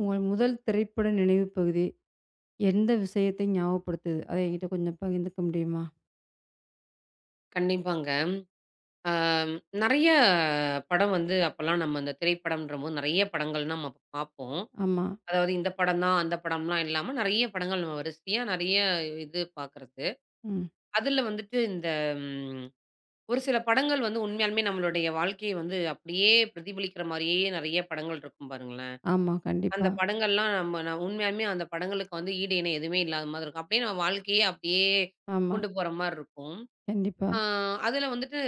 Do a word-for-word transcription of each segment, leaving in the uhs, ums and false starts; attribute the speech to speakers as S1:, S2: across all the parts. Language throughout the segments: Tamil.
S1: உங்கள் முதல் திரைப்பட நினைவு பகுதி எந்த விஷயத்தை ஞாபகப்படுத்துது? அத என்கிட்ட கொஞ்சம் பகிர்ந்துக்க முடியுமா?
S2: கண்டிப்பாங்க. அம் நெறைய படம் வந்து அப்பலாம் நம்ம அந்த திரைப்படம்ன்றபோது நெறைய படங்கள் நம்ம அப்ப பார்ப்போம்.
S1: ஆமா.
S2: அதாவது இந்த படம் தான், அந்த படம்லாம் இல்லாம நெறைய படங்கள் நம்ம வரிசையா நெறைய இது பார்க்கறது.
S1: ம்.
S2: அதுல வந்துட்டு இந்த ம் ஒரு சில படங்கள் வந்து உண்மையாலுமே நம்மளுடைய வாழ்க்கைய வந்து அப்படியே பிரதிபலிக்கிற மாரியே நெறைய படங்கள் இருக்கும் பாருங்களேன்.
S1: ஆமா.
S2: அந்த
S1: கண்டிப்பா.
S2: படங்கள்லாம் நம்ம நான் உண்மையாலுமே அந்த படங்களுக்கு வந்து ஈடு இணை எதுவுமே இல்லாத மாதிரி இருக்கும். அப்படியே நம்ம வாழ்க்கையே அப்படியே
S1: ஆமா.
S2: கொண்டு போற மாரி இருக்கும்.
S1: கண்டிப்பா.
S2: ஆ அதுல வந்துட்டு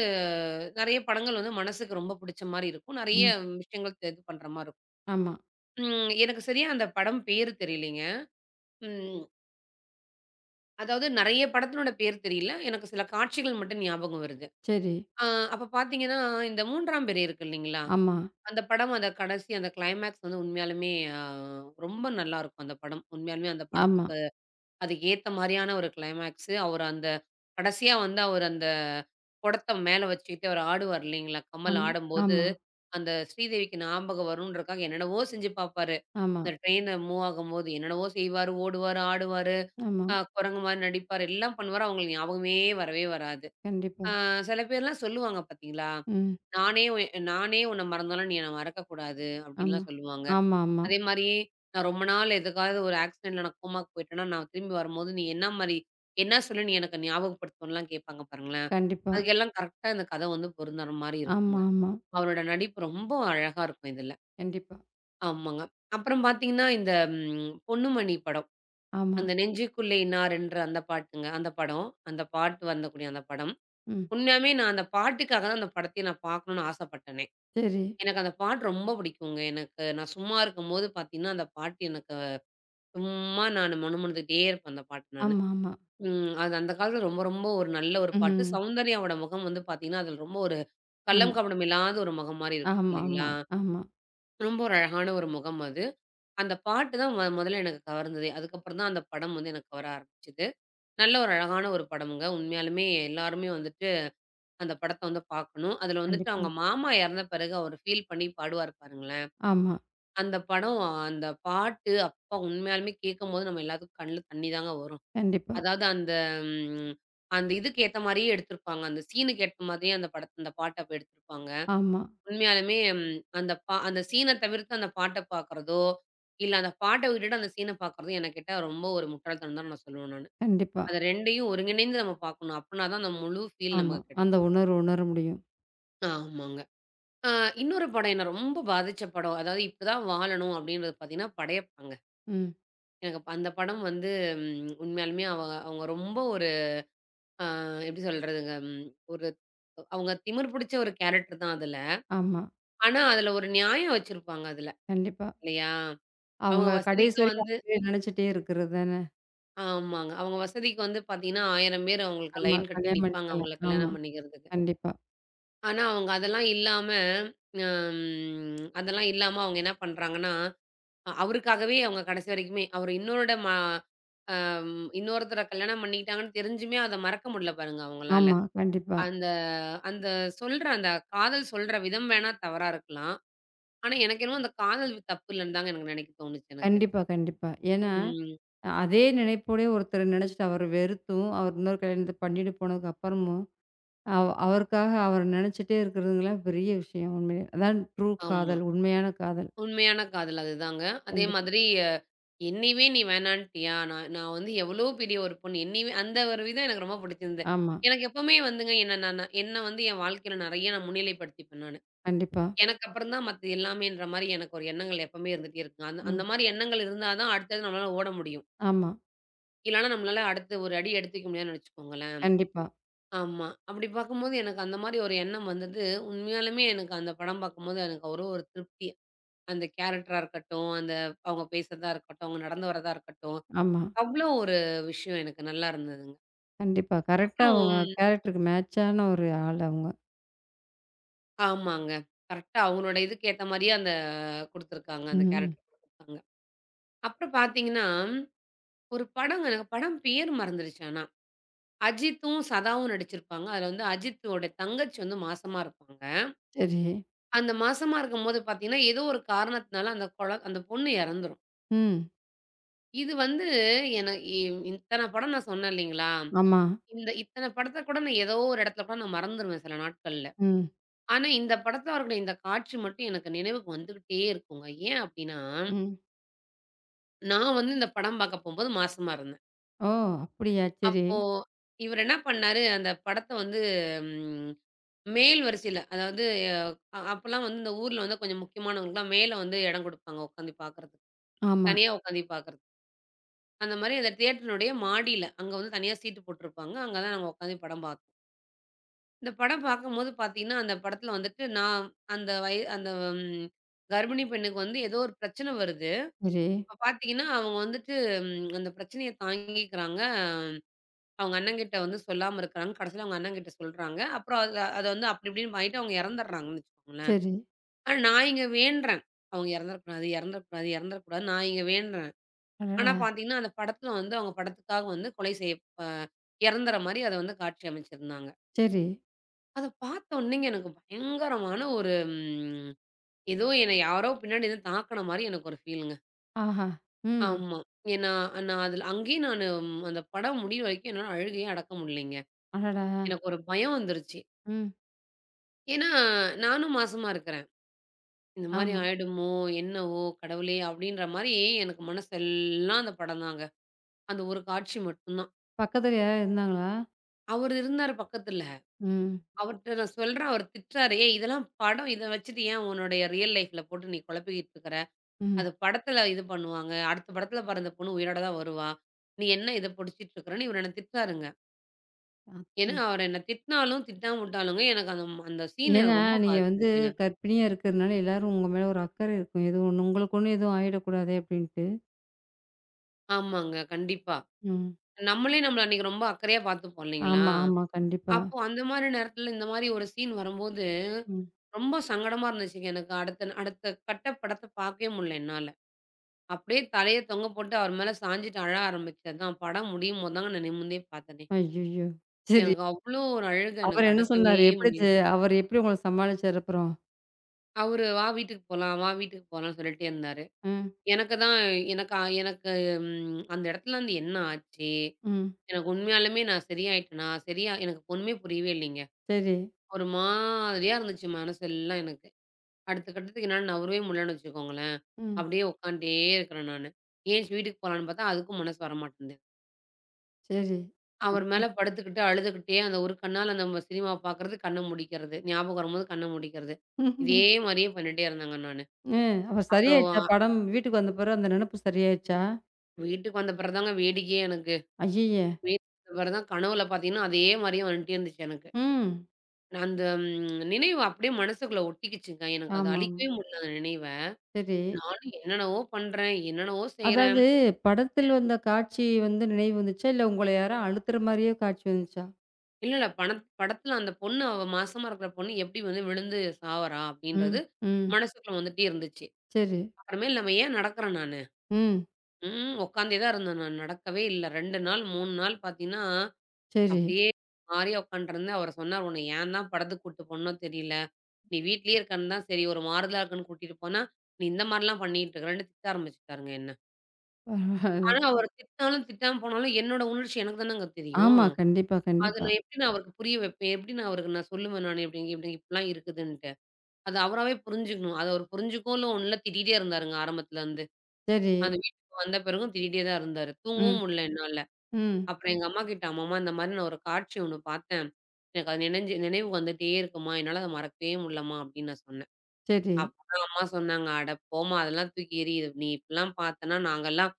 S2: நெறைய படங்கள் வந்து மனசுக்கு ரொம்ப புடிச்ச மாரி இருக்கும். நெறைய
S1: ம்.
S2: விஷயங்கள் தெ இது பண்ற மாரி இருக்கும்.
S1: ஆமா.
S2: ம் எனக்கு சரியா அந்த படம் பேரு தெரியலைங்க. ம் அதாவது நெறைய படத்தினோட பேர் தெரியல. எனக்கு சில காட்சிகள் மட்டும் ஞாபகம் வருது.
S1: சரி.
S2: ஆ அப்ப பார்த்தீங்கன்னா, இந்த மூன்றாம் பிறை இருக்கு இல்லைங்களா?
S1: ஆமா.
S2: அந்த படம் அந்த கடைசி அந்த கிளைமேக்ஸ் வந்து உண்மையாலுமே ஆ ரொம்ப நல்லாருக்கும் அந்த படம். உண்மையாலுமே அந்த
S1: ஆமா.
S2: படத்துக்கு அதுக்கு ஏத்த மாரியான ஒரு கிளைமேக்ஸு. அவரு அந்த கடைசியா வந்து அவரு அந்த குடத்த மேல வச்சுக்கிட்டு அவரு ஆடுவார் இல்லைங்களா? கம்மல்
S1: ஆமா.
S2: ஆடும்போது,
S1: ஆமா.
S2: அந்த ஸ்ரீதேவிக்கு ஞாபகம் வருன்றக்காக என்னென்னவோ செஞ்சு பாப்பாரு.
S1: ஆமா.
S2: இந்த ட்ரெயின்ல மூவ் ஆகும்போது என்னென்னவோ செய்வாரு, ஓடுவாரு, ஆடுவாரு,
S1: ஆமா.
S2: அ குரங்கு மாரி நடிப்பாரு, எல்லாம் பண்ணுவாரு. அவங்களுக்கு ஞாபகமே வரவே வராது.
S1: கண்டிப்பா.
S2: அ சில பேர்லாம் சொல்லுவாங்க பார்த்தீங்களா?
S1: ம்.
S2: "நானே உன் நானே உன்ன மறந்தாலும் நீ என்ன மறக்கக்கூடாது"
S1: ஆமா.
S2: அப்படின்லாம் சொல்லுவாங்க.
S1: ஆமா, ஆமா.
S2: அதே மாரி நான் ரொம்ப நாள் எதுக்காவது ஒரு ஆக்சிடென்ட்ல நான் கோமாக்கு போயிட்டேன்னா, நான் திரும்பி வரும்போது, "நீ என்ன மாரி என்ன சொல்லி நீ எனக்கு ஞாபகப்படுத்தணும்லாம்" கேட்பாங்க பாருங்களேன்.
S1: கண்டிப்பா.
S2: அதுக்கெல்லாம் கரெக்ட்டா இந்த கதை வந்து பொருந்துற மாரி
S1: ஆமா,
S2: இருக்குங்க.
S1: ஆமா.
S2: அவரோட நடிப்பு ரொம்ப அழகா இருக்கும் இதுல.
S1: கண்டிப்பா.
S2: ஆமாங்க. அப்புறம் பார்த்தீங்கன்னா, இந்த ம் பொன்னுமணி படம்.
S1: ஆமா.
S2: அந்த நெஞ்சுக்குள்ளே இன்னாரென்று அந்த பாட்டுங்க. அந்த படம். அந்த பாட்டு வந்தக்கூடிய அந்த படம்.
S1: ம்.
S2: உண்மையாவே நான் அந்த பாட்டுக்காக தான் அந்த படத்தையே நான் பார்க்கணும்னு ஆசைப்பட்டனே.
S1: சரி.
S2: எனக்கு அந்த பாட்டு ரொம்ப பிடிக்குங்க. எனக்கு நான் சும்மா இருக்கும்போது பார்த்தீங்கன்னா, அந்த பாட்டு எனக்கு சும்மா நானு முணுமுணுத்துக்கிட்டே இருப்பேன் அந்த பாட்டு நானு.
S1: ஆமா, ஆமா.
S2: ம் அது அந்த காலத்துல ரொம்ப ரொம்ப ஒரு நல்ல ஒரு பாட்டு.
S1: ம்.
S2: சௌந்தர்யாவோட முகம் வந்து பார்த்தீங்கன்னா, அதுல ரொம்ப ஒரு
S1: ஆமா.
S2: கள்ளம், கபடம் இல்லாத ஒரு முகம் மாரி இருக்கும்
S1: ஆமா, ஆமா.
S2: இல்லைங்களா?
S1: ஆமா.
S2: ரொம்ப ஒரு அழகான ஒரு முகம் அது. அந்த பாட்டு தான் மொ மொதல்ல எனக்கு கவர்ந்ததே. அதுக்கப்புறம் தான் அந்த படம் வந்து எனக்கு கவர ஆரம்பிச்சது. நல்ல ஒரு அழகான ஒரு படம்ங்க. உண்மையாலுமே எல்லாருமே வந்துட்டு அந்த படத்த வந்து பார்க்கணும். அதுல வந்துட்டு
S1: கண்டிப்பா.
S2: அவங்க மாமா இறந்த பிறகு அவரு ஃபீல் பண்ணி பாடுவாரு பாருங்களேன்.
S1: ஆமா.
S2: அந்த படம், அந்த பாட்டு அப்பா! உண்மையாலுமே கேட்கும்போது நம்ம எல்லாத்துக்கும் கண்ல தண்ணி தாங்க வரும்.
S1: கண்டிப்பா.
S2: அதாவது அந்த ம் அந்த இதுக்கு ஏத்த மாரியே எடுத்திருப்பாங்க. அந்த சீனுக்கு ஏத்த மாதிரியே அந்த படத்த அந்த பாட்ட அப்ப எடுத்திருப்பாங்க.
S1: ஆமா.
S2: உண்மையாலுமே ம், அந்த பா அந்த சீன தவிர்த்து அந்த பாட்ட பார்க்குறதோ, இல்ல அந்த பாட்ட விட்டுட்டு அந்த சீன பார்க்குறதோ, எனக்கு கேட்டா ரொம்ப ஒரு முட்டாள்தனம் தான் நான் சொல்லுவேன் நானு.
S1: கண்டிப்பா.
S2: அது ரெண்டையும் ஒருங்கிணைந்து நம்ம பார்க்கணும். அப்பன்னா தான் அந்த முழு ஃபீல்
S1: ஆமா.
S2: நமக்கு கிடைக்கும்.
S1: அந்த உணர்வு உணர முடியும்.
S2: ஆமாங்க. அ இன்னொரு படம் என்ன ரொம்ப பாதிச்ச படம். அதாவது இப்படிதான் வாழணும் அப்படின்றது பார்த்தீங்கன்னா, படையப்பாங்க.
S1: ம்.
S2: எனக்கு ப அந்த படம் வந்து ம் உண்மையாலுமே அவ அவங்க ரொம்ப ஒரு அ எப்படி சொல்றதுங்க, ம் ஒரு அவங்க திமிர் பிடிச்ச ஒரு கேரக்டர் தான் அதுல.
S1: ஆமா.
S2: ஆனா, அதுல ஒரு நியாயம் வச்சிருப்பாங்க அதுல.
S1: கண்டிப்பா.
S2: இல்லையா? அவங்க
S1: அவங்க கடைசி
S2: வசதிக்கு
S1: வரையும்
S2: வந்து
S1: அப்டியே நெனச்சுட்டே இருக்கிறது தானே!
S2: ஆமாங்க. அவங்க வசதிக்கு வந்து பார்த்தீங்கன்னா, ஆயிரம் பேர் அவங்களுக்கு
S1: ஆமா.
S2: லைன் கட்டி
S1: கல்யாணம்
S2: நிப்பாங்க,
S1: பண்ணிக்கலாம்.
S2: அவங்கள
S1: ஆமா.
S2: கல்யாணம் பண்ணிக்கிறதுக்கு.
S1: கண்டிப்பா.
S2: ஆனா, அவங்க அதெல்லாம் இல்லாம, அம் அதெல்லாம் இல்லாம அவங்க என்ன பண்றாங்கன்னா, அ அவருக்காகவே அவங்க கடைசி வரைக்குமே அவரு இன்னொருட ம அம் இன்னொருத்தர கல்யாணம் பண்ணிக்கிட்டாங்கன்னு தெரிஞ்சுமே அத மறக்க முடியல பாருங்க அவங்களால.
S1: ஆமா. கண்டிப்பா.
S2: அந்த அந்த சொல்ற அந்த காதல் சொல்ற விதம் வேணா தவறா இருக்கலாம். ஆனா, எனக்கு என்னமோ அந்த காதல் தப்பு இல்லன்னு தாங்க எனக்கு நெனைக்க தோணுச்சு எனக்கு.
S1: கண்டிப்பா, கண்டிப்பா. ஏன்னா,
S2: ம்.
S1: அ அதே நினைப்போடே ஒருத்தர நெனச்சுட்டு அவர வெறுத்தும், அவர் இன்னொரு கல்யாணத்த பண்ணிட்டு போனதுக்கு அப்புறமும், அவ் அவருக்காக அவர நெனச்சுட்டே இருக்கிறதுங்கலாம் பெரிய விஷயம் உண்மையிலே. அதான் ட்ரூ
S2: ஆமா.
S1: காதல். உண்மையான காதல்.
S2: உண்மையான காதல் அதுதாங்க. அதே
S1: கண்டிப்பா.
S2: மாதிரி அ என்னையவே நீ வேணான்ட்டியா? நான் நான் வந்து எவ்வளோ பெரிய ஒரு பொண்ணு. என்னையவே அந்த ஒரு விதம் எனக்கு ரொம்ப பிடிச்சிருந்தது.
S1: ஆமா.
S2: எனக்கு எப்பவுமே வந்துங்க என்ன நான் நான் என்ன வந்து என் வாழ்க்கையில நெறைய நான் முன்னிலைப்படுத்திப்பேன் நானு.
S1: கண்டிப்பா.
S2: எனக்கு அப்புறம் தான் மத்த எல்லாமேன்ற மாரி எனக்கு ஒரு எண்ணங்கள் எப்பவுமே இருந்துட்டே இருக்குங்க. அந்த அந்த
S1: ம்.
S2: மாரி எண்ணங்கள் இருந்தா தான் அடுத்தது நம்மளால ஓட முடியும்.
S1: ஆமா.
S2: இல்லன்னா நம்மளால அடுத்து ஒரு அடி எடுத்துக்க முடியாதுன்னு வச்சுக்கோங்களேன்.
S1: கண்டிப்பா.
S2: ஆமா. அப்படி பார்க்கும்போது எனக்கு அந்த மாரி ஒரு எண்ணம் வந்தது. உண்மையாலுமே எனக்கு அந்த படம் பார்க்கும்போது எனக்கு ஒரு ஒரு திருப்தி. அந்த கேரக்டரா இருக்கட்டும், அந்த அவங்க பேசுறதா இருக்கட்டும், அவங்க நடந்து வரதா இருக்கட்டும்,
S1: ஆமா.
S2: அவ்வளோ ஒரு விஷயம் எனக்கு நல்லா இருந்ததுங்க.
S1: கண்டிப்பா. கரெக்ட்டா அவங்க
S2: அப்புறம்
S1: கேரக்டருக்கு மேட்சான ஒரு ஆள் அவங்க.
S2: ஆமாங்க. கரெக்ட்டா அவங்களோட இதுக்கு ஏத்த மாரியே அந்த குடுத்துருக்காங்க. அந்த
S1: ம்.
S2: கேரக்டர் குடுத்துருக்காங்க. அப்புறம் பார்த்தீங்கன்னா, ஒரு படங்க எனக்கு படம் பேர் மறந்துருச்சு ஆனா. அஜித்தும், சதாவும் நடிச்சிருப்பாங்க. அதுல வந்து அஜித்தோட தங்கச்சி வந்து மாசமா இருப்பாங்க.
S1: சரி.
S2: அந்த மாசமா இருக்கும்போது பார்த்தீங்கன்னா, ஏதோ ஒரு காரணத்தினால அந்த கொழ அந்த பொண்ணு இறந்துரும்.
S1: ம்.
S2: இது வந்து என இ இத்தன படம் நான் சொன்னேன் இல்லைங்களா?
S1: ஆமா.
S2: இந்த இத்தன படத்த கூட நான் ஏதோ ஒரு இடத்துல கூட நான் மறந்துருவேன் சில நாட்கள்ல.
S1: ம்.
S2: ஆனா இந்த படத்துல அவருடைய இந்த காட்சி மட்டும் எனக்கு நினைவுக்கு வந்துகிட்டே இருக்குங்க. ஏன் அப்டின்னா,
S1: ம்.
S2: நான் வந்து இந்த படம் பார்க்க போம்போது மாசமா இருந்தேன்.
S1: ஓ! அப்படியா? சரி.
S2: அப்போ இவரு என்ன பண்ணாரு, அந்த படத்த வந்து ம் மேல் வரிசையில அதாவது அ அப்பலாம் வந்து இந்த ஊர்ல வந்து கொஞ்சம் முக்கியமானவங்களுக்குலாம் மேல வந்து இடம் குடுப்பாங்க உட்காந்து பார்க்கறதுக்கு.
S1: ஆமா.
S2: தனியா உட்காந்து பார்க்கறதுக்கு. அந்த மாரி அந்த தியேட்டருனுடைய மாடியில, அங்க வந்து தனியா சீட்டு போட்டிருப்பாங்க. அங்க தான் நாங்க உட்காந்து படம் பார்த்தோம். இந்த படம் பார்க்கும்போது பார்த்தீங்கன்னா, அந்த படத்துல வந்துட்டு நான் அந்த வய அந்த ம் கர்ப்பிணி பெண்ணுக்கு வந்து ஏதோ ஒரு பிரச்சனை வருது.
S1: சரி,
S2: அப்ப பார்த்தீங்கன்னா, அவங்க வந்துட்டு ம் அந்த பிரச்சனைய தாங்கிக்கிறாங்க. அவங்க அண்ணன்கிட்ட வந்து சொல்லாம இருக்கிறாங்க. கடைசியில அவங்க அண்ணன்கிட்ட சொல்றாங்க. அப்புறம் அத அத வந்து அப்படி இப்படின்னு ஆயிட்டு அவங்க இறந்துடுறாங்கன்னு வச்சுக்கோங்களேன்.
S1: சரி.
S2: ஆனா நான் இங்க வேண்டுறேன். அவங்க இறந்துறக்கூடாது, இறந்துறக்கூடாது, இறந்துறக்கூடாதுன்னு நான் இங்க வேண்டுறேன். ஆனா
S1: அடடா!
S2: பார்த்தீங்கன்னா, அந்த படத்துல வந்து அவங்க படத்துக்காக வந்து கொலை செய்ய அ இறந்துற மாரி அத வந்து காட்சி அமைச்சிருந்தாங்க.
S1: சரி.
S2: அத பார்த்தோன்னேங்க எனக்கு பயங்கரமான ஒரு ம் ஏதோ என்ன யாரோ பின்னாடி இருந்து தாக்குன மாரி எனக்கு ஒரு ஃபீலுங்க.
S1: ஆஹா! ம்.
S2: ஆமா. ஏன்னா, நான் அதுல அங்கேயே நானு அந்த படம் முடியிற வரைக்கும் என்னால அழுகையே அடக்க முடியலைங்க.
S1: அடடா!
S2: எனக்கு ஒரு பயம் வந்துருச்சு.
S1: ம்.
S2: ஏன்னா, நானும் மாசமா இருக்கிறேன். இந்த மாரி
S1: ஆமா.
S2: ஆயிடுமோ, என்னவோ கடவுளே! அப்படின்ற மாரி எனக்கு மனசெல்லாம் அந்த படம் தாங்க. அந்த ஒரு காட்சி மட்டும்தான்.
S1: பக்கத்துல யாராவது இருந்தாங்களா?
S2: அவரு இருந்தாரு பக்கத்துல.
S1: ம்.
S2: அவர்ட்ட நான் சொல்றேன், அவர் திட்டுறாரு, "ஏய் இதெல்லாம் படம். இத வச்சுட்டு ஏன் உன்னுடைய ரியல் லைஃப்ல போட்டு நீ குழப்பிக்கிட்டு இருக்கிற?"
S1: ம்.
S2: அது படத்துல இது பண்ணுவாங்க. அடுத்த படத்துல பாரு அந்த பொண்ணு உயிரோட தான் வருவா. நீ என்ன இத புடிச்சிட்டு இருக்கிறன்னு இவரு என்ன திட்டுறாருங்க. ஏன்னா
S1: அப்டி.
S2: அவரு என்ன திட்டினாலும், திட்டாம விட்டாலுங்க எனக்கு அந்த அந்த சீன்
S1: ஏன்னா,
S2: எனக்கு ரொம்ப
S1: நீங்க வந்து
S2: பாதிச்சிருச்சுங்க.
S1: கர்ப்பிணியா இருக்கிறதுனால எல்லாரும் உங்க மேல ஒரு அக்கறை இருக்கும். எதுவும் ஒண்ணு உங்களுக்கு ஒண்ணும் எதுவும் ஆயிடக்கூடாதே! அப்படின்ட்டு.
S2: ஆமாங்க. கண்டிப்பா.
S1: ம்.
S2: நம்மளே நம்மள அன்னைக்கு ரொம்ப அக்கறையா பார்த்துப்போம் இல்லைங்களா?
S1: ஆமா, ஆமா. கண்டிப்பா.
S2: அப்போ அந்த மாரி நேரத்துல இந்த மாரி ஒரு சீன் வரும்போது,
S1: ம்.
S2: ரொம்ப சங்கடமா இருந்துச்சுங்க எனக்கு. அடுத்த அடுத்த கட்ட படத்த பார்க்கவே முடியல என்னால. அப்படியே தலைய தொங்க போட்டு அவர் மேல சாஞ்சுட்டு அழ ஆரம்பிச்சேன். அதான் படம் முடியும்போது தாங்க நான் நிமிர்ந்தே பார்த்தனே!
S1: ஐய்யய்யோ! சரி.
S2: எனக்கு அவ்ளோ ஒரு அழுகை
S1: அவரு
S2: எனக்கு
S1: என்ன
S2: அடக்கவே
S1: சொன்னாரு? எப்படி ச
S2: முடியல.
S1: அவரு எப்படி உங்கள சமாளிச்சாரு அப்புறம்?
S2: அவரு "வா வீட்டுக்கு போலாம், வா வீட்டுக்கு போலாம்ன்னு" சொல்லிட்டே இருந்தாரு.
S1: ம்,
S2: எனக்கு தான் எனக்கு ஆ- எனக்கு ம் அந்த இடத்துல வந்து என்ன ஆச்சு?
S1: ம்.
S2: எனக்கு உண்மையாலுமே நான் சரியாயிட்டேனா? சரியா எனக்கு ஒண்ணுமே புரியவே இல்லைங்க.
S1: சரி.
S2: ஒரு மாதிரியா இருந்துச்சு மனசெல்லாம் எனக்கு. அடுத்த கட்டத்துக்கு என்னால நகரவே முடியலன்னு வச்சுக்கோங்களேன்.
S1: ம்.
S2: அப்படியே உட்காந்துட்டே இருக்கிறேன் நானு. ஏந்திச்சு வீட்டுக்கு போலான்னு பார்த்தா, அதுக்கும் மனசு வரமாட்டேன்து.
S1: சரி.
S2: அவர் மேல படுத்துக்கிட்டு, அழுதுகிட்டே அந்த ஒரு கண்ணால நம்ம சினிமா பார்க்கறது, கண்ண மூடிக்கிறது. ஞாபகம் வரும்போது கண்ண மூடிக்கிறது. இதே மாரியே பண்ணிட்டே இருந்தேங்க நானு.
S1: ம். அப்ப
S2: அப்புறம்
S1: சரியாயிருச்சா? படம் வீட்டுக்கு வந்த பிறகு அந்த நெனப்பு சரியாயிருச்சா?
S2: வீட்டுக்கு வந்த பிறகு தாங்க வேடிக்கையே எனக்கு.
S1: ஐய்யய்ய!
S2: வீட்டுக்கு வந்த பிறகு தான் கனவுல பார்த்தீங்கன்னா, அதே மாரியே வந்துட்டே இருந்துச்சு எனக்கு.
S1: ம்.
S2: நான் அந்த ம் நினைவு அப்படியே மனசுக்குள்ள ஒட்டிக்கிச்சுங்க. எனக்கு அத
S1: ஆமாமா.
S2: அழிக்கவே முடியல அந்த நினைவ.
S1: சரி.
S2: நானும் என்னென்னவோ பண்றேன், என்னென்னவோ செய்றேன்.
S1: அதாவது படத்தில் வந்த காட்சி வந்து நினைவு வந்துச்சா? இல்ல உங்கள யாரோ அழுத்துற மாரியே காட்சி வந்துச்சா?
S2: இல்ல, இல்ல பணத் படத்துல அந்த பொண்ணு அவ மாசமா இருக்கிற பொண்ணு எப்படி வந்து விழுந்து சாவறா?
S1: ம்,
S2: அப்படின்றது
S1: ம்.
S2: மனசுக்குள்ள வந்துட்டே இருந்துச்சு.
S1: சரி.
S2: அப்புறமேல் நம்ம ஏன் நடக்கிறோம் நானு?
S1: ம்.
S2: ம். உட்காந்தே தான் இருந்தேன் நான். நடக்கவே இல்ல. ரெண்டு நாள், மூணு நாள் பார்த்தீங்கன்னா,
S1: சரி.
S2: அப்படியே மாறியா உட்காண்ட்ருந்தேன். அவரு சொன்னாரு, "உன்ன ஏன் தான் படத்துக்கு கூட்டு போனனோ தெரியல. நீ வீட்லயே இருக்கன்னு தான் சரி ஒரு மாறுதலா இருக்குன்னு கூட்டிட்டு போனா, நீ இந்த மாரிலாம் பண்ணிட்டு இருக்கறன்னு" திட்ட ஆரம்பிச்சுட்டாருங்க என்ன.
S1: பரவால்ல.
S2: ஆனா அவர் திட்டினாலும், திட்டாம போனாலும் என்னோட உணர்ச்சி எனக்கு தானங்க தெரியும்.
S1: ஆமா. கண்டிப்பா,
S2: அது
S1: கண்டிப்பா.
S2: நான் எப்படி நான் அவருக்கு புரிய வைப்பேன்? எப்படி நான் அவருக்கு நான் சொல்லுவேன் நானு இப்படி இப்படி இப்படிலாம் இருக்குதுன்ட்டு. அது அவராவே புரிஞ்சுக்கணும். அது அவர் புரிஞ்சுக்கவும் இல்ல ஒண்ணும் இல்ல திட்டிட்டே இருந்தாருங்க ஆரம்பத்துலருந்து.
S1: சரி.
S2: அந்த வீட்டுக்கு வந்த பிறகும் திட்டிட்டே தான் இருந்தாரு. தூங்கவும்
S1: ம்,
S2: முடியல என்னால.
S1: ம்.
S2: அப்புறம் எங்க அம்மாகிட்ட, "அம்மம்மா இந்த மாரி நான் ஒரு காட்சி ஒண்ணு பார்த்தேன். எனக்கு அது நினைஞ்சு நினைவு வந்துட்டே இருக்கும்மா. என்னால அத மறக்கவே முடியலம்மா" அப்படின்னு நான் சொன்னேன்.
S1: சரி.
S2: அப்பதான் அம்மா சொன்னாங்க, "அட போம்மா அதெல்லாம் தூக்கி எறியுது. நீ இப்படிலாம் பார்த்தேன்னா நாங்கலாம்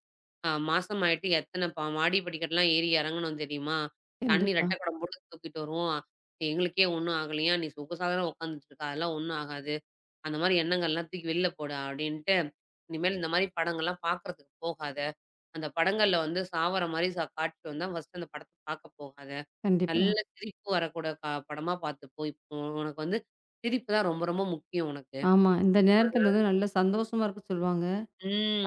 S2: அ மாசமாயிட்டு எத்தன ப மாடி படிக்கட்டுலாம் ஏறி இறங்குனோம் தெரியுமா? தண்ணி
S1: கண்டிப்பா,
S2: ரெட்டை குடம் போட்டு தூக்கிட்டு வருவோம். எங்களுக்கே ஒண்ணும் ஆகலையா? நீ சுகசாகரமா உட்காந்துட்டு இருக்க. அதெல்லாம் ஒண்ணும் ஆகாது. அந்த மாரி எண்ணங்கள்லாம் தூக்கி வெளில போடு" அப்படின்ட்டு, "இனிமேல் இந்த மாரி படங்கள்லாம் பார்க்கறதுக்கு போகாத" அந்த படங்கள்ல வந்து சாவற மாரி ச காட்டிட்டு வந்தா, ஃபர்ஸ்ட்டு அந்த படத்த பாக்க போகாத.
S1: கண்டிப்பா.
S2: நல்ல சிரிப்பு வரக்கூட க படமா பாத்துப்போ. இப்போ உனக்கு வந்து சிரிப்பு தான் ரொம்ப ரொம்ப முக்கியம் உனக்கு.
S1: ஆமா. இந்த நேரத்துல வந்து நல்ல சந்தோஷமா இருக்க சொல்லுவாங்க.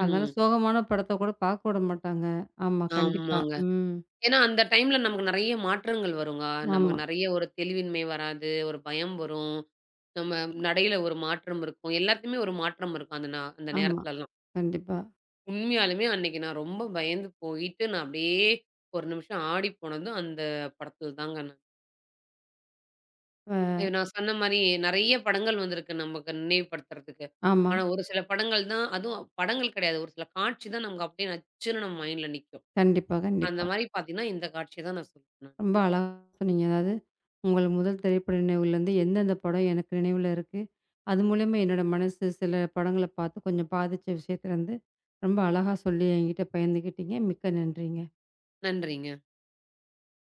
S1: அதனால சோகமான படத்த கூட பார்க்க விட மாட்டாங்க. ஆமா, கண்டிப்பா.
S2: ஆமாங்க.
S1: ம்.
S2: ஏன்னா அந்த டைம்ல நமக்கு நெறைய மாற்றங்கள் வருங்க. நமக்கு
S1: ஆமா,
S2: நெறைய ஒரு தெளிவின்மை வராது, ஒரு பயம் வரும். நம்ம நடையில ஒரு மாற்றம் இருக்கும். எல்லாத்துலயுமே ஒரு மாற்றம் இருக்கும் அந்த நா அந்த
S1: ஆமா.
S2: நேரத்துலலாம்.
S1: கண்டிப்பா.
S2: உண்மையாலுமே அன்னைக்கு நான் ரொம்ப பயந்து போயிட்டு, நான் அப்படியே ஒரு நிமிஷம் ஆடி போனதும் அந்த படத்துல தாங்க நான்.
S1: அ
S2: இது நான் சொன்ன மாரி நெறைய படங்கள் வந்திருக்கு நமக்கு நினைவுபடுத்துறதுக்கு.
S1: ஆமா.
S2: ஆனா ஒரு சில படங்கள் தான் அதுவும் படங்கள் கிடையாது. ஒரு சில காட்சி தான் நமக்கு அப்படியே நச்சுன்னு நம்ம மைண்ட்ல நிக்கும்.
S1: கண்டிப்பா,
S2: அந்த
S1: கண்டிப்பா.
S2: மாரி பார்த்தீங்கன்னா, இந்த காட்சிய தான் நான் சொல்லுவேன் நான்.
S1: ரொம்ப அழகா சொன்னீங்க. அதாவது, உங்கள் முதல் திரைப்பட நினைவுலருந்து எந்தெந்த படம் எனக்கு நினைவுல இருக்கு? அது மூலியமா என்னோட மனசு சில படங்கள பார்த்து கொஞ்சம் பாதிச்ச விஷயத்துலருந்து, ரொம்ப அழகா சொல்லி என்கிட்ட பகிர்ந்துக்கிட்டீங்க. மிக்க நன்றிங்க.
S2: நன்றிங்க.